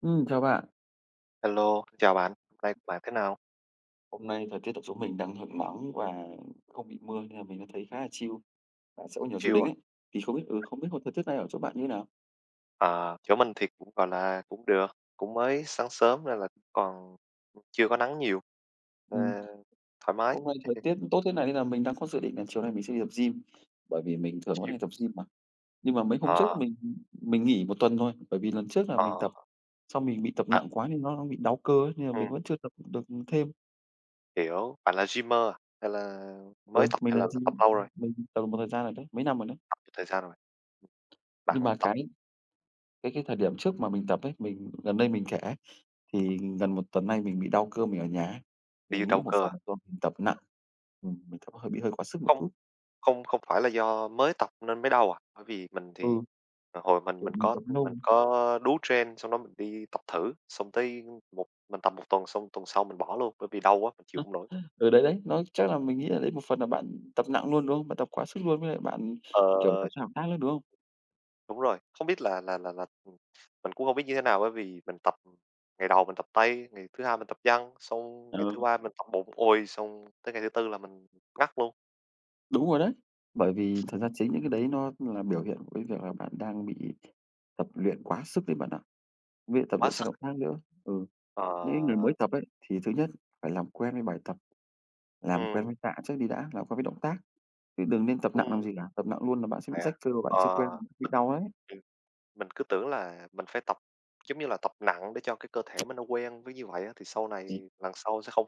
Chào bạn. Hello, xin chào bạn. Hôm nay của bạn thế nào? Hôm nay thời tiết ở chỗ mình đang hưởng nắng và không bị mưa nên là mình đã thấy khá là chill và sẽ có nhiều dự Chill định à? ấy. Thì không biết hôm thời tiết này ở chỗ bạn như thế nào? À, chỗ mình thì cũng, gọi là, cũng được, cũng mới sáng sớm nên là cũng còn chưa có nắng nhiều, ờ, Ừm. thoải mái. Hôm nay thời tiết tốt thế này nên là mình đang có dự định là chiều nay mình sẽ đi tập gym, bởi vì mình thường vẫn Chill. hay tập gym mà. Nhưng mà mấy hôm Ờ, trước mình nghỉ một tuần thôi, bởi vì lần trước là ờ, mình tập xong mình bị tập à, nặng quá nên nó bị đau cơ ấy, nên là ừm, mình vẫn chưa tập được thêm. hiểu. Bạn là gymer à? Hay là mới Ừ, tập mình hay là là tập gym lâu rồi? mình tập được một thời gian rồi đấy, mấy năm rồi đấy. Tập một thời gian rồi? Bạn Nhưng mà tập cái thời điểm trước mà mình tập ấy, mình gần đây mình kể. Thì gần một tuần nay mình bị đau cơ mình ở nhà ấy, đi mình nghĩ đâu một cơ à? phần là do mình tập nặng, mình tập hơi bị hơi quá sức một Không. chút. Không không phải là do mới tập nên mới đau à, bởi vì mình Ừ, thì, hồi mình kiểu, mình mình có tập lâu. mình có đú trend, xong đó mình đi tập thử, xong tới một mình tập một tuần xong tuần sau mình bỏ luôn, bởi vì đau quá, mình chịu không nổi. Ừ, đấy, đấy, nó chắc là mình nghĩ là đấy một phần là bạn tập nặng luôn, đúng không? Bạn tập quá sức luôn với lại bạn, kiểu, tập Ờ, sang động tác nữa, đúng không? đúng rồi, không biết là, ừ, mình cũng không biết như thế nào bởi vì mình tập ngày đầu mình tập tay, ngày thứ hai mình tập chân, xong Ờ, ngày thứ ba mình tập bụng, ôi, xong tới ngày thứ tư là mình ngắt luôn, đúng rồi đấy. Bởi vì thật ra chính những cái đấy nó là biểu hiện của cái việc là bạn đang bị tập luyện quá sức đấy bạn ạ, với lại tập quá luyện sang sức. động tác nữa. Ừ, Ờ, những cái người mới tập ấy, thì thứ nhất phải làm quen với bài tập, làm quen ừ. với tạ trước đi đã, làm quen với động tác. Chứ đừng nên tập nặng ừm, làm gì cả, tập nặng luôn là bạn sẽ bị vậy à? rách cơ và bạn chưa quen, Ờ, bị đau đấy. mình cứ tưởng là mình phải tập, giống như là, tập nặng để cho cái cơ thể mình nó quen với như vậy á, thì sau Ừm, này lần sau sẽ không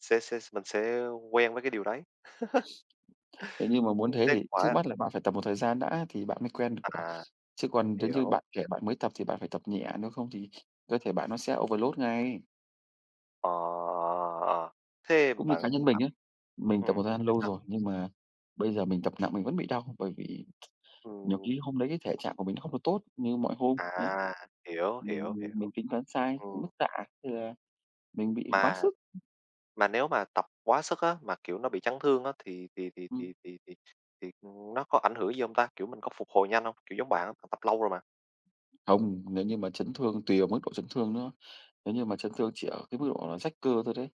sẽ mình sẽ quen với cái điều đấy. Thế nhưng mà muốn Ừm. thế Thế thì trước quả mắt là bạn phải tập một thời gian đã thì bạn mới quen được, à, chứ còn nếu như hiểu, bạn trẻ bạn mới tập thì bạn phải tập nhẹ, nếu không thì cơ thể bạn nó sẽ overload ngay. ờ, ờ, ờ. Thế Cũng như cá bạn nhân bạn mình ấy, mình tập ừm, một thời gian thế lâu sao? rồi, nhưng mà bây giờ mình tập nặng mình vẫn bị đau, bởi vì nhiều Ừm, khi hôm đấy cái thể trạng của mình nó không được tốt như mọi hôm, à, đấy, hiểu, hiểu, mình hiểu. mình tính toán sai, mức Ừm, tạ, thế là mình bị quá mà sức. mà nếu mà tập quá sức á, mà, kiểu, nó bị chấn thương á, thì thì thì thì Ừm, thì thì thì nó có ảnh hưởng gì không ta? Kiểu, mình có phục hồi nhanh không? Kiểu, giống bạn á, bạn tập lâu rồi mà. không, nếu như mà chấn thương tùy vào mức độ chấn thương nữa. Nếu như mà chấn thương chỉ ở cái mức độ là rách cơ thôi đấy,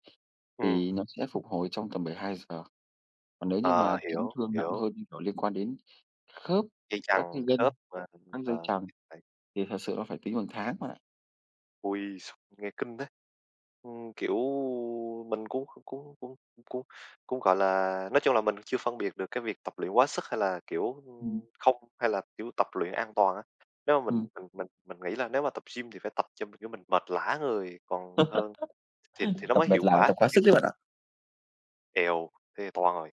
Ừm, thì nó sẽ phục hồi trong tầm 72 giờ. Còn nếu như ờ, mà chấn hiểu, thương nặng hiểu. hơn, như kiểu, liên quan đến khớp, Dây các chằng, cái gân, khớp mà, các dây ờ, chằng đấy. thì thật sự nó phải tính bằng tháng bạn ạ. Ôi, s nghe kinh đấy! Kiểu, mình cũng cũng cũng cũng cũng, gọi là, nói chung là mình chưa phân biệt được cái việc tập luyện quá sức hay là, kiểu, Ừm. không hay là, kiểu, tập luyện an toàn á. Nếu mà Ừm. mình nghĩ là nếu mà tập gym thì phải tập cho, mình kiểu, mình mệt lả người còn hơn thì nó Tập mới mệt hiệu làm, quả, tập quá sức chứ đấy bạn ạ. èo, thế toàn rồi,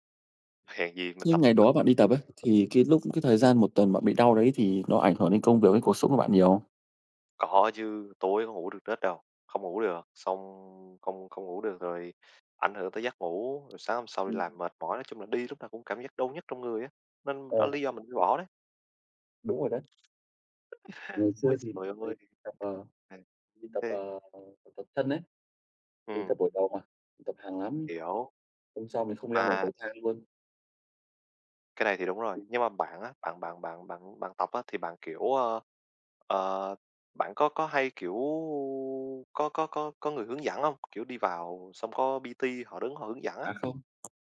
hèn gì mình tập. Những ngày đó bạn đi tập ấy, thì cái lúc cái thời gian một tuần bạn bị đau đấy thì nó ảnh hưởng đến công việc, đến cuộc sống của bạn nhiều không? Có chứ, tối không ngủ được giấc đâu, không ngủ được, xong không không ngủ được rồi ảnh hưởng tới giấc ngủ, rồi sáng hôm sau đi làm Ừm, mệt mỏi, nói chung là đi lúc nào cũng cảm giác đau nhức trong người á, nên ờ, đó là lý do mình mới bỏ đấy. đúng rồi đấy. Ngày Ôi xưa thì trời ơi! tập, ờ, À, mình tập, thế ờ, tập thân đấy mình tập ừm, buổi đầu mà, mình tập hàng lắm, hiểu, hôm sau mình không leo nổi à cầu thang luôn. cái này thì đúng rồi, nhưng mà bạn á, bạn bạn bạn bạn bạn tập á thì bạn, kiểu, ơ, ờ, bạn có hay, kiểu, có người hướng dẫn không? Kiểu, đi vào xong có PT họ đứng họ hướng dẫn á, À, không.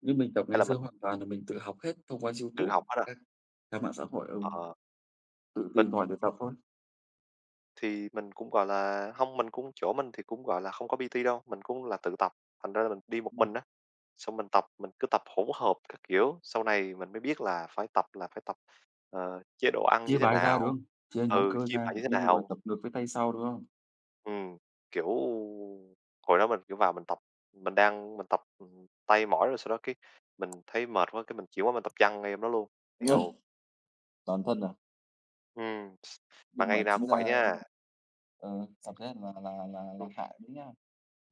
Như mình tập hay ngày là xưa mình hoàn toàn là mình tự học hết thông qua tự YouTube, học hết à? các các mạng xã hội, Ờ, tự tìm tòi để mình tập thôi. thì mình cũng, gọi là không mình cũng chỗ mình thì cũng, gọi là, không có PT đâu, mình cũng là tự tập, thành ra là mình đi một Ừm, mình á, xong mình tập, mình cứ tập hỗn hợp các kiểu. Sau này mình mới biết là phải tập, ờ, chế độ ăn như chia thế bài ra, đúng nào, không? Chia nhóm ừ, cơ chia bài ra, như thế ví dụ là nào. tập ngược với tay sau, đúng không? Ừm, kiểu, hồi đó mình, kiểu, vào mình tập, mình đang mình tập, tay mỏi rồi sau đó cái mình thấy mệt quá, cái mình chịu quá mình tập chân ngay em đó luôn. Hiểu. Toàn thân à? Ừm, mà Nhưng mà ngày nào chính cũng ra, vậy nha, ờ, tập thế là ừm, hại đấy nhá.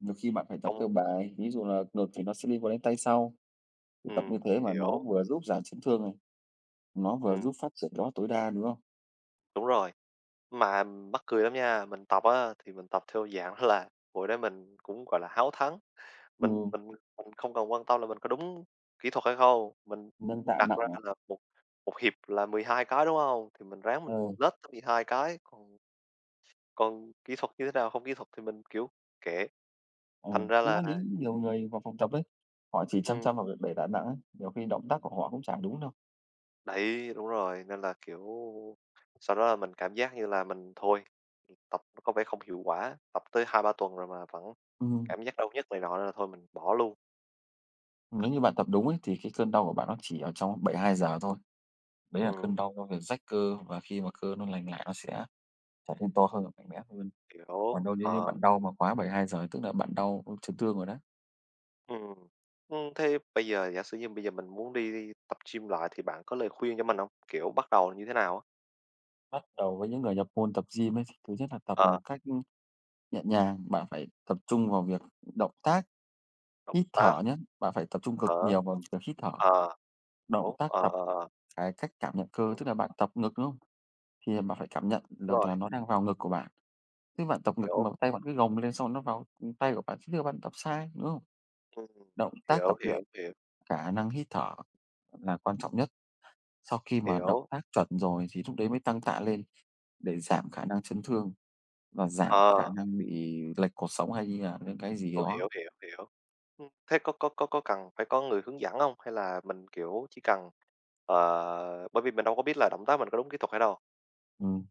Nhiều khi bạn phải tập không, theo bài, ví dụ là ngược thì nó sẽ đi quan đến tay sau, thì tập như ừm, thế mà nó hiểu, vừa giúp giảm chấn thương này, nó vừa ừm, giúp phát triển đó tối đa, đúng không? đúng rồi. Mà mắc cười lắm nha, mình tập á thì mình tập theo dạng đó là hồi đó mình cũng, gọi là, háo thắng, mình Ừ, mình mình không cần quan tâm là mình có đúng kỹ thuật hay không, mình nâng tạ đặt nặng ra à? là một một hiệp là 12 cái, đúng không? Thì mình ráng Ờ. mình lết tới 12 cái, còn còn kỹ thuật như thế nào, không kỹ thuật thì mình, kiểu, kệ. Ờ, Thành ra cũng là có những nhiều người vào phòng tập ấy, họ chỉ chăm ừm, chăm vào việc đẩy tạ nặng ấy, nhiều khi động tác của họ cũng chả đúng đâu. đấy, đúng rồi, nên là, kiểu, sau đó là mình cảm giác như là mình thôi, tập nó có vẻ không hiệu quả, tập tới hai ba tuần rồi mà vẫn Ừm, cảm giác đau nhức này nọ nên là thôi mình bỏ luôn. nếu như bạn tập đúng ấy, thì cái cơn đau của bạn nó chỉ ở trong 72 giờ thôi. Đấy là Ừm, cơn đau do việc rách cơ và khi mà cơ nó lành lại nó sẽ trở nên to hơn và mạnh mẽ hơn. Còn hiểu, đâu nếu như ờ, bạn đau mà quá 72 giờ tức là bạn đau chấn thương rồi đó. ừm. Thế bây giờ giả sử như bây giờ mình muốn đi tập gym lại thì bạn có lời khuyên cho mình không? Kiểu, bắt đầu như thế nào á? Bắt đầu với những người nhập môn tập gym ấy, thì thứ nhất là tập Ờ, một cách nhẹ nhàng, bạn phải tập trung vào việc động tác, động hít tác, thở nhé. Bạn phải tập trung cực thở, nhiều vào việc hít thở. ờ, Động đúng, tác ờ, tập, ờ, ờ, cái cách cảm nhận cơ, ừm, tức là bạn tập ngực, đúng không? Thì bạn phải cảm nhận đúng được là rồi, nó đang vào ngực của bạn. Chứ bạn tập ngực mà hiểu, tay bạn cứ gồng lên xong nó vào, tay của bạn, chứ chưa bạn tập sai, đúng không? ừm, Động tác hiểu, tập hiểu, luyện, hiểu, khả năng hít thở là quan trọng nhất. Sau khi mà động hiểu, tác chuẩn rồi thì lúc đấy mới tăng tạ lên để giảm khả năng chấn thương và giảm khả ờ, năng bị lệch cột sống hay như là những cái gì đó. hiểu, hiểu, hiểu, hiểu. Thế có cần phải có người hướng dẫn không? Hay là mình, kiểu, chỉ cần ờ, bởi vì mình đâu có biết là động tác mình có đúng kỹ thuật hay đâu, Ừm,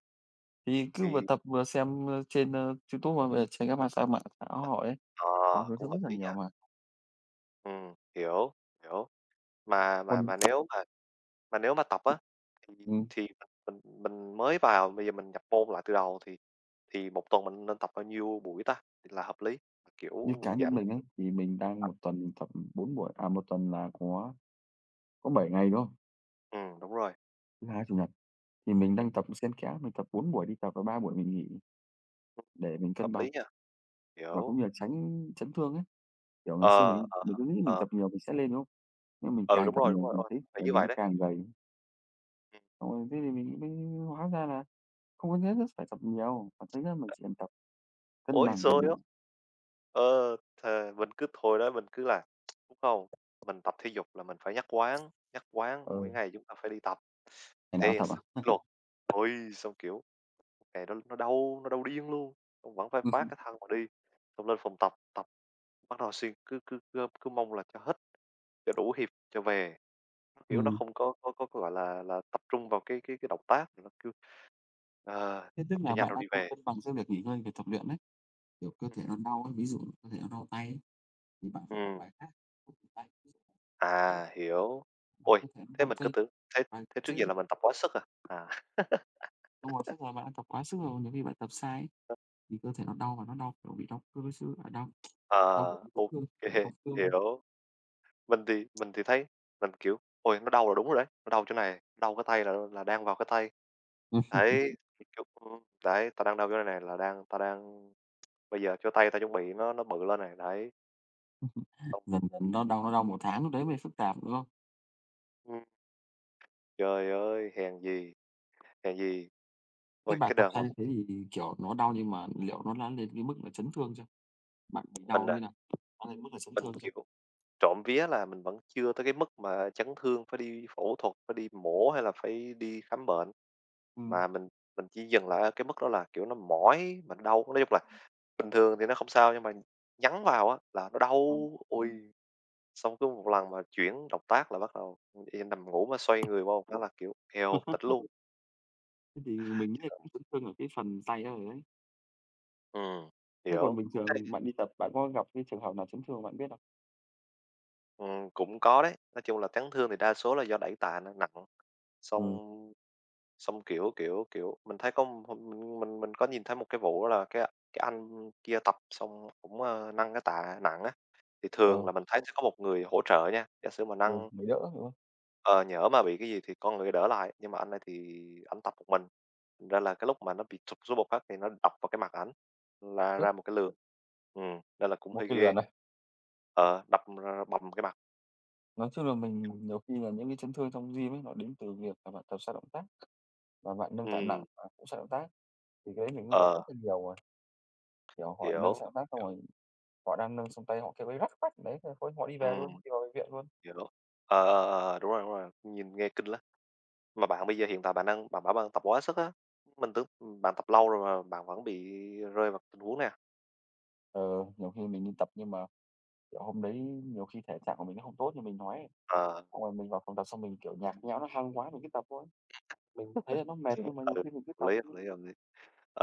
thì cứ vừa thì tập vừa xem, trên, YouTube hoặc là trên các mạng xã hội. Có, ờ, hướng cũng dẫn hợp rất là lý nha. nhiều mà. Hiểu, hiểu. Mà mà Còn mà nếu mà nếu mà tập á, thì ừm, thì mình mới vào, bây giờ mình nhập môn lại từ đầu thì một tuần mình nên tập bao nhiêu buổi ta thì là hợp lý? Kiểu, như cá giảm nhân mình ấy, thiểu thì mình đang tập một tuần tập 4 buổi, à, một tuần là có 7 ngày, đúng không? Đúng rồi, Thứ Hai, Chủ nhật thì mình ừm, đang tập xen kẽ, mình tập 4 buổi đi tập và 3 buổi mình nghỉ ừm, để mình hợp cân bằng lý nha, và cũng hiểu. như là tránh chấn thương ấy. Kiểu, ngày xưa Ờ, mình ờ, mình cứ nghĩ mình ờ, tập nhiều mình sẽ lên, đúng không? Nhưng mình ừ, càng đúng tập rồi, đúng nhiều rồi, đúng mình rồi, thấy phải là như mình vậy nó đấy. càng gầy, Ừm. xong rồi thế thì mình mới hóa ra là không có nhất thiết phải tập nhiều, mà thấy là mình chỉ cần tập cân Ối bằng đầy rồi ơi! đủ. Ờ, thề mình cứ thôi đó mình cứ là "Đúng hông? Mình tập thể dục là mình phải nhắc quán mỗi Ừ, ngày chúng ta phải đi tập, ngày nào thể cũng hiện tập sự à? kỷ luật." Ôi, xong, kiểu, một ngày đó nó đau điên luôn, xong vẫn phải vác cái thân mà đi, xong lên phòng tập, tập bắt đầu xuyên cứ cứ cứ cứ mong là cho hết, cho đủ hiệp cho về. Nó kiểu, nó Ừm, không có, có gọi là, tập trung vào cái động tác, nó cứ, ờ, thế tức tập cho là nhanh bạn rồi đang đi không về. cân bằng giữa việc nghỉ ngơi, và tập luyện đấy. Kiểu, cơ thể nó đau ấy, ví dụ cơ thể nó đau tay ấy, thì bạn Ừ. phải tập bài khác không tay, ví dụ là chân À, hiểu. làm Ôi, cơ thể nó thế đau mình cứ chân. tưởng thế Và thế trước chứ giờ là mình tập quá sức à? À. đúng rồi, chắc là bạn đã tập quá sức rồi, nhiều khi bạn tập sai ấy, thì cơ thể nó đau và nó đau, kiểu, bị đau cơ chứ à, đau đau, kiểu, Ờ, chấn ô thương, không phải đau xương đâu. hiểu. Mình thì thấy mình, kiểu, ôi, nó đau là đúng rồi đấy, nó đau chỗ này, đau cái tay là đang vào cái tay. Ừm, Đấy, thì, kiểu đấy, "Tao đang đau chỗ này này, là đang ta đang bây giờ chỗ tay ta chuẩn bị nó bự lên này." Đấy, xong dần dần nó đau một tháng lúc đấy mới phức tạp, đúng không? ừm, trời ơi, hèn gì, hèn gì. Thế Ôi, bạn cái tập đợt mà sai như thế thì, kiểu, nó đau nhưng mà liệu nó đã lên cái mức là chấn thương chưa? Bạn bị mình, đau như là nào? Đã lên mức là chấn mình, thương chưa? kiểu trộm vía là mình vẫn chưa tới cái mức mà chấn thương phải đi phẫu thuật, phải đi mổ hay là phải đi khám bệnh, Ừm, mà mình chỉ dừng lại ở cái mức đó là, kiểu, nó mỏi mà đau. Nói chung là bình thường thì nó không sao, nhưng mà nhắn vào á là nó đau, ờ, ui xong cứ một lần mà chuyển động tác là bắt đầu, y nằm ngủ mà xoay người qua một là, kiểu, eo, tịt luôn. thế thì mình nghĩ là cũng chấn thương ở cái phần tay đó rồi đấy. Ừm, Thế hiểu. còn bình thường bạn đi tập, bạn có gặp cái trường hợp nào chấn thương bạn biết không? Cũng có đấy, nói chung là chấn thương thì đa số là do đẩy tạ nó nặng. Xong Ừ xong, kiểu, kiểu, kiểu, mình thấy có mình có nhìn thấy một cái vụ là cái anh kia tập xong cũng, ơ, nâng cái tạ nặng á, thì thường ừ, là mình thấy sẽ có một người hỗ trợ nha, giả sử mà ừ, nâng mới đỡ, đúng không? ờ, nhỡ mà bị cái gì thì có người đỡ lại, nhưng mà anh này thì anh tập một mình, thành ra là cái lúc mà nó bị sụp xuống một phát thì nó đập vào cái mặt ảnh, là Tiếc ra một cái lượt. Nên là cũng một hơi cái lừa ghê. này. Ờ, đập r bầm cái mặt. Nói chung là mình nhiều khi là những cái chấn thương trong gym ấy, nó đến từ việc là bạn tập sai động tác và bạn nâng tạ nặng Ừm, và cũng sai động tác. Thì cái đấy mình cũng gặp rất ờ, là nhiều rồi, kiểu, họ nâng hiểu, sai động tác xong hiểu, rồi họ đang nâng xong tay họ kêu ấy rắc rắc, đấy, thế thôi họ đi về luôn, ừm. đi vào bệnh viện luôn. Hiểu. Ờ, ờ, ờ, đúng rồi, nhìn nghe kinh lắm. Mà bạn bây giờ hiện tại bạn đang bạn bảo bạn tập quá sức á, mình tưởng bạn tập lâu rồi mà bạn vẫn bị rơi vào tình huống này à? Ờ, nhiều khi mình đi tập nhưng mà, kiểu, hôm đấy nhiều khi thể trạng của mình nó không tốt như mình nói ấy, Ờ, xong rồi mình vào phòng tập xong mình, kiểu, nhạt nhẽo nó hăng quá mình cứ tập thôi. Mình thấy là nó mệt ừ, ừ, nhưng mà hợp nhiều khi mình cứ tập. lý, hợp lý, hợp lý.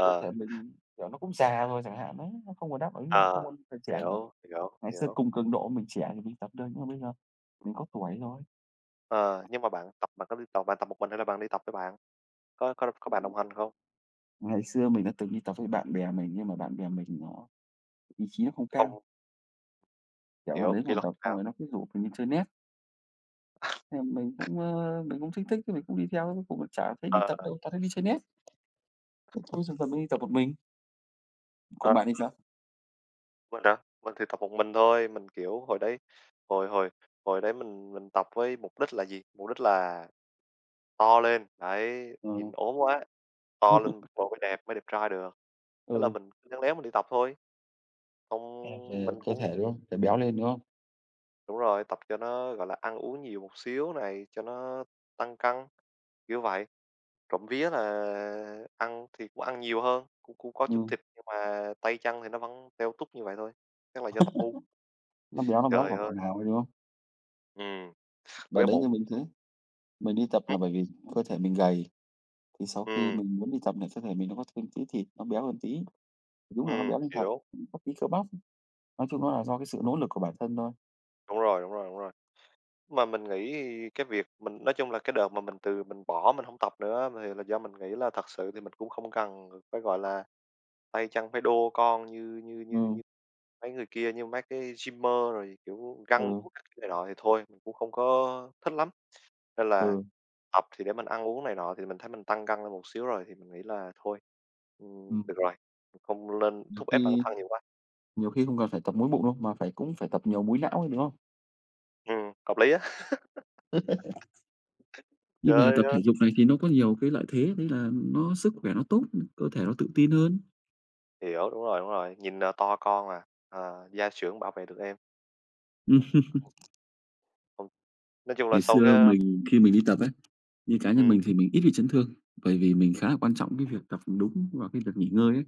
Cơ thể mình, kiểu, nó cũng già rồi chẳng hạn đấy, nó không còn đáp ứng nữa, không ờ, còn thời trẻ nữa. hiểu, hiểu, Ngày xưa hiểu. cùng cường độ mình trẻ thì mình tập được, nhưng mà bây giờ mình có tuổi rồi. Ờ, nhưng mà bạn tập bạn có đi tập bạn tập một mình hay là bạn đi tập với bạn? Có bạn đồng hành không? Ngày xưa mình đã từng đi tập với bạn bè mình, nhưng mà bạn bè mình nó ý chí nó không cao, Không, kiểu, nó hiểu, đến kỷ phòng luật tập xong nào. rồi nó cứ rủ mình đi chơi net, thế mình cũng, mình cũng thích thích thì mình cũng đi theo, cũng cùng chả thấy đi Ờ, tập đâu, toàn thấy đi chơi net. Thế thôi dần dần mình đi tập một mình. ờ, Còn bạn thì sao? mình đó mình thì tập một mình thôi, mình, kiểu, hồi đấy hồi hồi hồi đấy mình tập với mục đích là gì? Mục đích là to lên, đấy, Ờ. nhìn ốm quá, to lên mặc đồ mới đẹp trai được. Thế là Ừ, mình cứ léo léo mình đi tập thôi, xong à, về mình cơ cũng thể, đúng không? Phải béo lên, đúng không? đúng rồi, tập cho nó, gọi là, ăn uống nhiều một xíu này, cho nó tăng cân, kiểu vậy. Trộm vía là ăn thì cũng ăn nhiều hơn, cũng cũng có chút Ừm, thịt nhưng mà tay chân thì nó vẫn teo tút như vậy thôi, chắc là do tập ngu. nó béo Trời vào ơi! phần nào thôi, đúng không? Ừm, Và béo đấy bụng. như mình thế. Mình đi tập Ừm, là bởi vì cơ thể mình gầy, thì sau khi ừm, mình muốn đi tập lại cơ thể mình nó có thêm tí thịt, nó béo hơn tí, đúng là nó béo lên thật, hiểu. có tí cơ bắp. Nói chung nó là do cái sự nỗ lực của bản thân thôi. Đúng rồi, đúng rồi, đúng rồi. Mà mình nghĩ cái việc mình nói chung là cái đợt mà mình từ mình bỏ mình không tập nữa thì là do mình nghĩ là thật sự thì mình cũng không cần phải, gọi là, tay chân phải đô con như như như Ừ, như mấy người kia, như mấy cái gymer rồi, kiểu, găng ừ, guốc các kiểu này nọ thì thôi, mình cũng không có thích lắm. Nên là ừ, tập thì để mình ăn uống này nọ thì mình thấy mình tăng cân lên một xíu rồi thì mình nghĩ là thôi, ừm, được rồi, không lên nhiều thúc ép bản khi thân nhiều quá. nhiều khi không cần phải tập múi bụng đâu, mà phải cũng phải tập nhiều múi não ấy, đúng không? Hợp lý á. Nhưng mà Trời tập ơi! thể dục này thì nó có nhiều cái lợi thế, đấy là nó sức khỏe nó tốt, cơ thể nó tự tin hơn. Hiểu, đúng rồi, nhìn, à, to con à, à, gia trưởng bảo vệ được em. Ừm, Không không nói chung là ngày sau cái xưa mình khi mình đi tập ấy, như cá nhân ừm, mình thì mình ít bị chấn thương, bởi vì mình khá là quan trọng cái việc tập đúng và cái việc nghỉ ngơi ấy.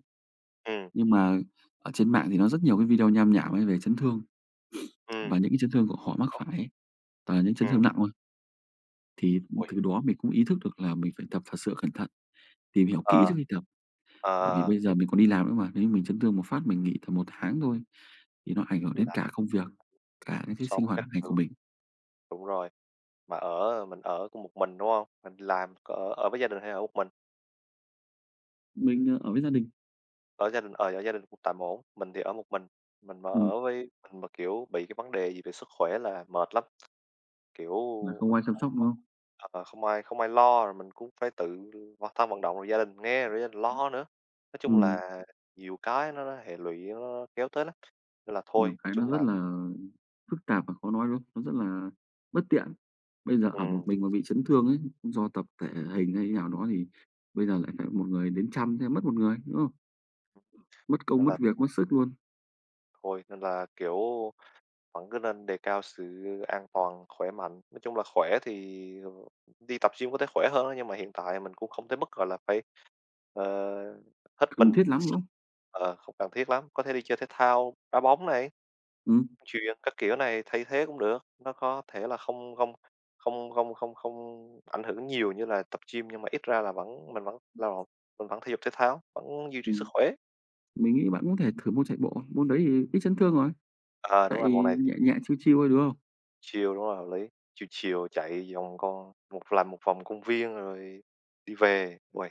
ừm, Nhưng mà ở trên mạng thì nó rất nhiều cái video nham nhảm ấy về chấn thương, ừm, và những cái chấn thương của họ mắc không, phải ấy, toàn là những chấn ừm, thương nặng thôi. Thì ôi, từ đó mình cũng ý thức được là mình phải tập thật sự cẩn thận, tìm hiểu ờ, kỹ trước khi tập, ờ, bởi vì bây giờ mình còn đi làm nữa mà, nếu như mình chấn thương một phát mình nghỉ tầm một tháng thôi thì nó ảnh hưởng hiểu đến là cả công việc, cả những cái sống sinh hoạt các hàng ngày của kiểu, mình. đúng rồi, mà ở mình ở cũng một mình, đúng hông? Mình làm ở ở với gia đình hay ở một mình? Mình, ở với gia đình, Ở gia đình, ờ, ở gia đình cũng tạm ổn, mình thì ở một mình mà ừm, ở với mình mà, kiểu, bị cái vấn đề gì về sức khỏe là mệt lắm, kiểu, là không ai chăm không sóc, đúng không không? ờ, không ai lo, rồi mình cũng phải tự bản thân vận động, rồi gia đình nghe, rồi gia đình lo nữa. Nói chung Ừm. là nhiều cái nó hệ lụy nó kéo tới lắm. Nên là thôi, Nhiều nói cái nó chung là rất là phức tạp và khó nói, đúng không? Nó rất là bất tiện. Bây giờ ở một ừm, mình mà bị chấn thương ấy, do tập thể hình hay nào đó thì bây giờ lại phải một người đến chăm thế mất một người, đúng không? Mất công, nên mất là việc, mất sức luôn, thôi, nên là, kiểu, vẫn cứ nên đề cao sự an toàn, khỏe mạnh. Nói chung là khỏe thì ờ, đi tập gym có thể khỏe hơn á, nhưng mà hiện tại mình cũng không tới mức, gọi là, phải, ờ, hết mình, cần thiết hết lắm, đúng sức. không? Ờ, không cần thiết lắm, có thể đi chơi thể thao, đá bóng này, Ừm, chuyền các kiểu này, thay thế cũng được. Nó có thể là không không không không không không ảnh hưởng nhiều như là tập gym, nhưng mà ít ra là vẫn mình vẫn lao động, mình vẫn thể dục thể thao, vẫn duy trì sức ừm, khỏe. mình nghĩ bạn cũng có thể thử môn chạy bộ, môn đấy thì ít chấn thương rồi, Ờ, đúng chạy rồi, môn này nhẹ thì nhẹ, chiêu chiêu thôi, đúng không? chiều đúng là hợp lý. Chiều chill chạy vòng con một làm một vòng công viên rồi đi về, uầy,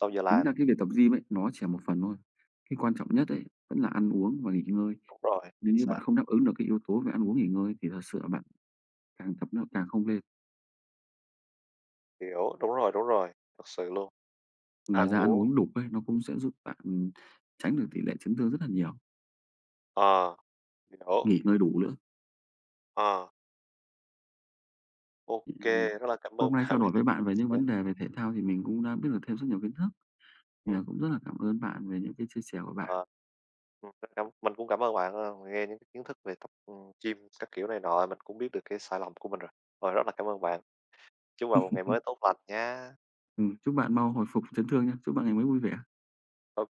sau giờ Chính làm. ra cái việc tập gym ấy, nó chỉ là một phần thôi. Cái quan trọng nhất ấy, vẫn là ăn uống và nghỉ ngơi. Đúng rồi, Nếu chính như xác, bạn không đáp ứng được cái yếu tố về ăn uống, nghỉ ngơi thì thật sự là bạn càng tập nó càng không lên. hiểu, đúng rồi, thật sự luôn, ăn Ngoài ra ăn uống uống đủ ấy, nó cũng sẽ giúp bạn, tránh được tỷ lệ chấn thương rất là nhiều, ờ, hiểu, nghỉ ngơi đủ nữa. ờ, ô Thì, ờ, rất là cảm hôm ơn nay bạn trao về đổi những với cái bạn về chia những sẻ. vấn đề về thể thao thì mình cũng đã biết được thêm rất nhiều kiến thức, thì, Ừm, à, cũng rất là cảm ơn bạn về những cái chia sẻ của bạn. ờ, rất cảm mình cũng cảm ơn bạn, ờ, nghe những cái kiến thức về tập, gym các kiểu này nọ, mình cũng biết được cái sai lầm của mình rồi. Rồi, rất là cảm ơn bạn, chúc bạn một ngày mới tốt lành nha. Chúc bạn mau hồi phục chấn thương nha, chúc bạn ngày mới vui vẻ. Ok